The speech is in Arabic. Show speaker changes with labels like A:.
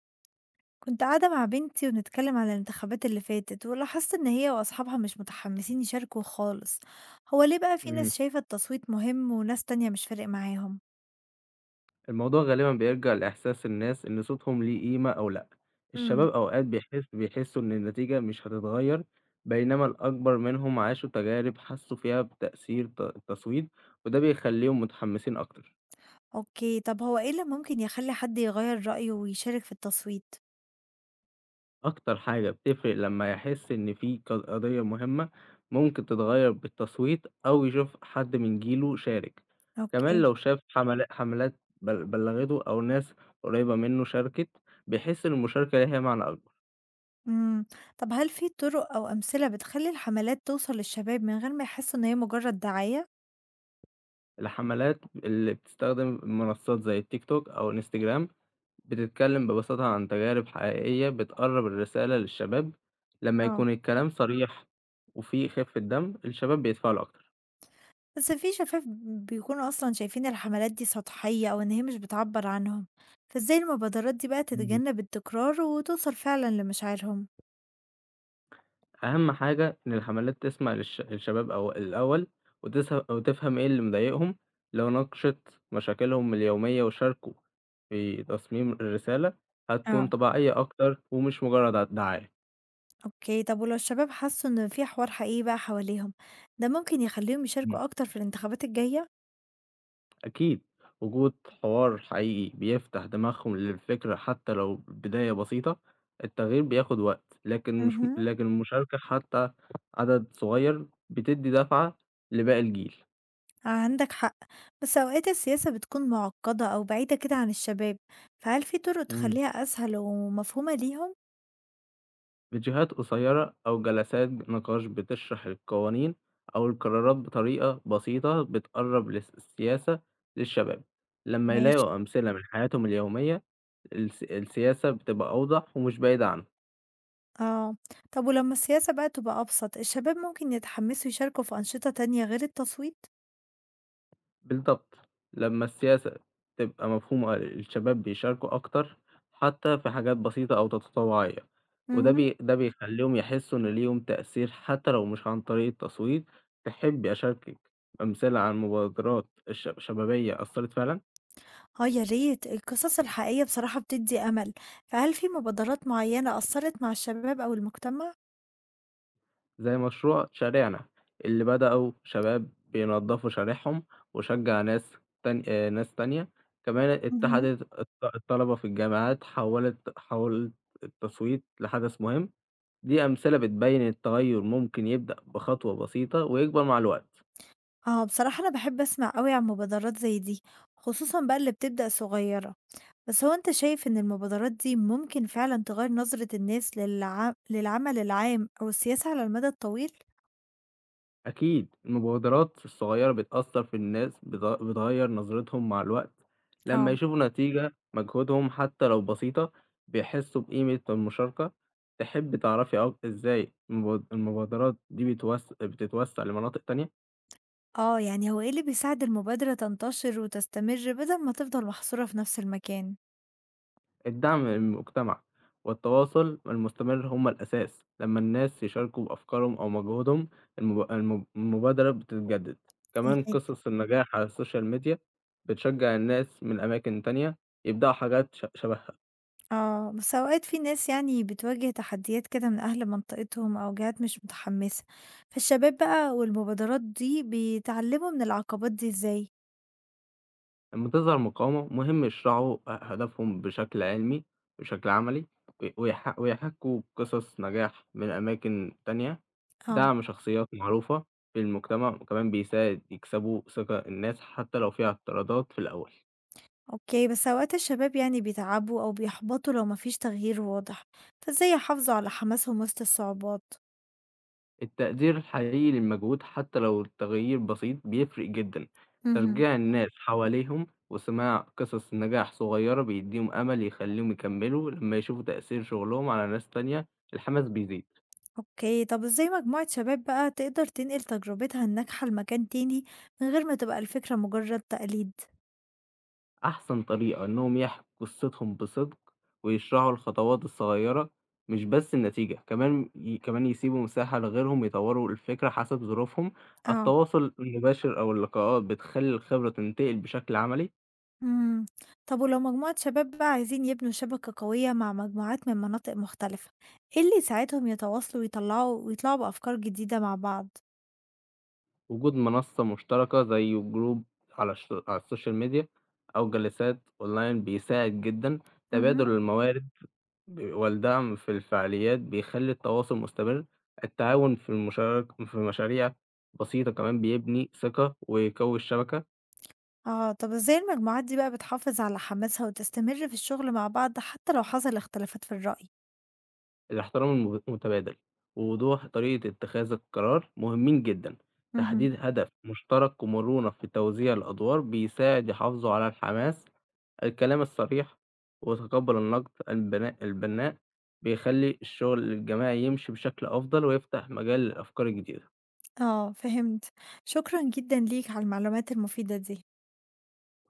A: كنت قاعدة مع بنتي ونتكلم على الانتخابات اللي فاتت ولاحظت إن هي وأصحابها مش متحمسين يشاركوا خالص. هو ليه بقى في
B: إمم،
A: ناس شايفة التصويت مهم وناس تانية مش فارق معاهم؟
B: الموضوع غالبًا بيرجع لإحساس الناس إن صوتهم ليه قيمة أو لأ،
A: امم
B: الشباب أوقات بيحسوا إن النتيجة مش هتتغيّر، بينما الأكبر منهم عاشوا تجارب حسوا فيها بتأثير التصويت، وده بيخلّيهم متحمسين أكتر.
A: أوكي، طب هو إيه اللي ممكن يخلي حد يغير رأيه ويشارك في التصويت؟
B: أكتر حاجة بتفرق لمّا يحس إن في قضية مهمة ممكن تتغيّر بالتصويت أو يشوف حد من جيله شارك، كمان
A: أوكي
B: لو شاف حملات بلّغته أو ناس قريبة منه شاركت، بيحس إن المشاركة ليها معنى أكبر.
A: امم طب هل في طرق أو أمثلة بتخلي الحملات توصل للشباب من غير ما يحسوا إن هي مجرد دعاية؟
B: الحملات اللي بتستخدم منصات زي التيك توك أو انستجرام بتتكلم ببساطة عن تجارب حقيقية بتقرب الرسالة للشباب لما
A: اه
B: يكون الكلام صريح وفيه خفة دم الشباب بيتفاعلوا أكتر.
A: بس في شفاف بيكونوا أصلًا شايفين الحملات دي سطحية أو إن هي مش بتعبّر عنهم، فإزاي المبادرات دي بقى
B: مم.
A: تتجنب التكرار وتوصل فعلًا لمشاعرهم؟
B: أهم حاجة إن الحملات تسمع للشباب أو الأول وتفهم إيه اللي مضايقهم، لو ناقشت مشاكلهم اليومية وشاركوا في تصميم الرسالة هتكون
A: اه.
B: طبيعية أكتر ومش مجرد دعاية.
A: أوكي، طب ولو الشباب حسوا إن في حوار حقيقي بقى حواليهم، ده ممكن يخلّيهم يشاركوا أكتر في الانتخابات الجاية؟
B: أكيد، وجود حوار حقيقي بيفتح دماغهم للفكرة حتى لو البداية بسيطة. التغيير بياخد وقت لكن مش
A: اهم.
B: لكن المشاركة حتى عدد صغير بتدي دفعة لباقي الجيل.
A: عندك حق، بس أوقات السياسة بتكون معقدة أو بعيدة كده عن الشباب، فهل في طرق
B: امم
A: تخليها أسهل ومفهومة ليهم؟
B: فيديوهات قصيرة أو جلسات نقاش بتشرح القوانين أو القرارات بطريقة بسيطة بتقرب السياسة للشباب لما
A: ماشي.
B: يلاقوا أمثلة من حياتهم اليومية، السياسة بتبقى أوضح ومش بعيدة عنهم.
A: آه، طب ولما السياسة بقى تبقى أبسط، الشباب ممكن يتحمسوا يشاركوا في أنشطة تانية غير التصويت؟
B: بالضبط، لمّا السياسة تبقى مفهومة الشباب بيشاركوا أكتر، حتى في حاجات بسيطة أو تطوعية، وده
A: مهم.
B: بي ده بيخلّيهم يحسّوا إن ليهم تأثير حتى لو مش عن طريق التصويت. تحبّي أشاركِك أمثلة عن مبادرات شبابية أثّرت فعلًا؟
A: آه يا ريت، القصص الحقيقية بصراحة بتدي أمل، فهل في مبادرات معينة أثرت مع الشباب أو المجتمع؟
B: زي مشروع شارعنا اللي بدأوا شباب بينضّفوا شارعهم وشجّع ناس تان ناس تانية، كمان
A: مهم.
B: اتحدت الطلبة في الجامعات حولت التصويت لحدث مهم. دي أمثلة بتبين إن التغير ممكن يبدأ بخطوة بسيطة ويكبر مع الوقت.
A: آه بصراحة أنا بحب أسمع أوي عن مبادرات زي دي، خصوصا بقى اللي بتبدأ صغيرة، بس هو أنت شايف إن المبادرات دي ممكن فعلا تغير نظرة الناس للعمل العام أو السياسة على المدى الطويل؟
B: أكيد، المبادرات الصغيرة بتأثر في الناس، بتغير نظرتهم مع الوقت، لما
A: آه
B: يشوفوا نتيجة مجهودهم حتى لو بسيطة بيحسوا بقيمة المشاركة. تحب تعرفي إزاي المبادرات دي بتتوسع لمناطق تانية؟
A: آه، يعني هو إيه اللي بيساعد المبادرة تنتشر وتستمر بدل ما تفضل محصورة في نفس المكان؟
B: الدعم من المجتمع والتواصل المستمر هما الأساس، لما الناس يشاركوا بأفكارهم أو مجهودهم المبادرة بتتجدد، كمان
A: أكيد.
B: قصص النجاح على السوشيال ميديا بتشجع الناس من أماكن تانية يبدأوا حاجات شبهها.
A: آه بس أوقات في ناس يعني بتواجه تحديات كده من أهل منطقتهم أو جهات مش متحمسة، فالشباب بقى والمبادرات دي بيتعلموا من العقبات دي إزاي؟
B: لما تظهر مقاومة مهم يشرحوا هدفهم بشكل عملي، ويحكوا قصص نجاح من أماكن تانية.
A: اه.
B: دعم شخصيات معروفة في المجتمع وكمان بيساعد يكسبوا ثقة الناس حتى لو فيها اعتراضات في الأول.
A: أوكي، بس أوقات الشباب يعني بيتعبوا أو بيحبطوا لو مفيش تغيير واضح، فإزاي يحافظوا على حماسهم وسط الصعوبات؟
B: التقدير الحقيقي للمجهود حتى لو التغيير بسيط بيفرق جدا، تشجيع الناس حواليهم وسماع قصص نجاح صغيرة بيديهم أمل يخليهم يكملوا، لما يشوفوا تأثير شغلهم على ناس تانية الحماس بيزيد.
A: أوكي، طب إزاي مجموعة شباب بقى تقدر تنقل تجربتها الناجحة لمكان تاني من غير ما تبقى الفكرة مجرد تقليد؟
B: أحسن طريقة إنهم يحكوا قصتهم بصدق، ويشرحوا الخطوات الصغيرة مش بس النتيجة، كمان يسيبوا مساحة لغيرهم يطوروا الفكرة حسب ظروفهم،
A: اه
B: التواصل المباشر أو اللقاءات بتخلّي الخبرة تنتقل بشكل عملي.
A: امم طب ولو مجموعة شباب بقى عايزين يبنوا شبكة قوية مع مجموعات من مناطق مختلفة، إيه اللي يساعدهم يتواصلوا ويطلعوا بأفكار جديدة مع بعض؟
B: وجود منصة مشتركة زي جروب على على السوشيال ميديا أو جلسات أونلاين بيساعد جدًا،
A: مهم.
B: تبادل الموارد والدعم في الفعاليات بيخلّي التواصل مستمر، التعاون في المشارك في مشاريع بسيطة كمان بيبني ثقة ويقوي الشبكة.
A: اه، طب إزاي المجموعات دي بقى بتحافظ على حماسها وتستمر في الشغل مع بعض حتى لو حصل اختلافات في الرأي؟
B: الاحترام المتبادل، ووضوح طريقة اتخاذ القرار مهمين جدًا،
A: مهم.
B: تحديد هدف مشترك ومرونة في توزيع الأدوار بيساعد يحافظوا على الحماس، الكلام الصريح وتقبُّل النقد البناء بيخلّي الشغل الجماعي يمشي بشكل أفضل ويفتح مجال للأفكار الجديدة.
A: اه فهمت، شكرا جدا ليك على المعلومات المفيدة دي.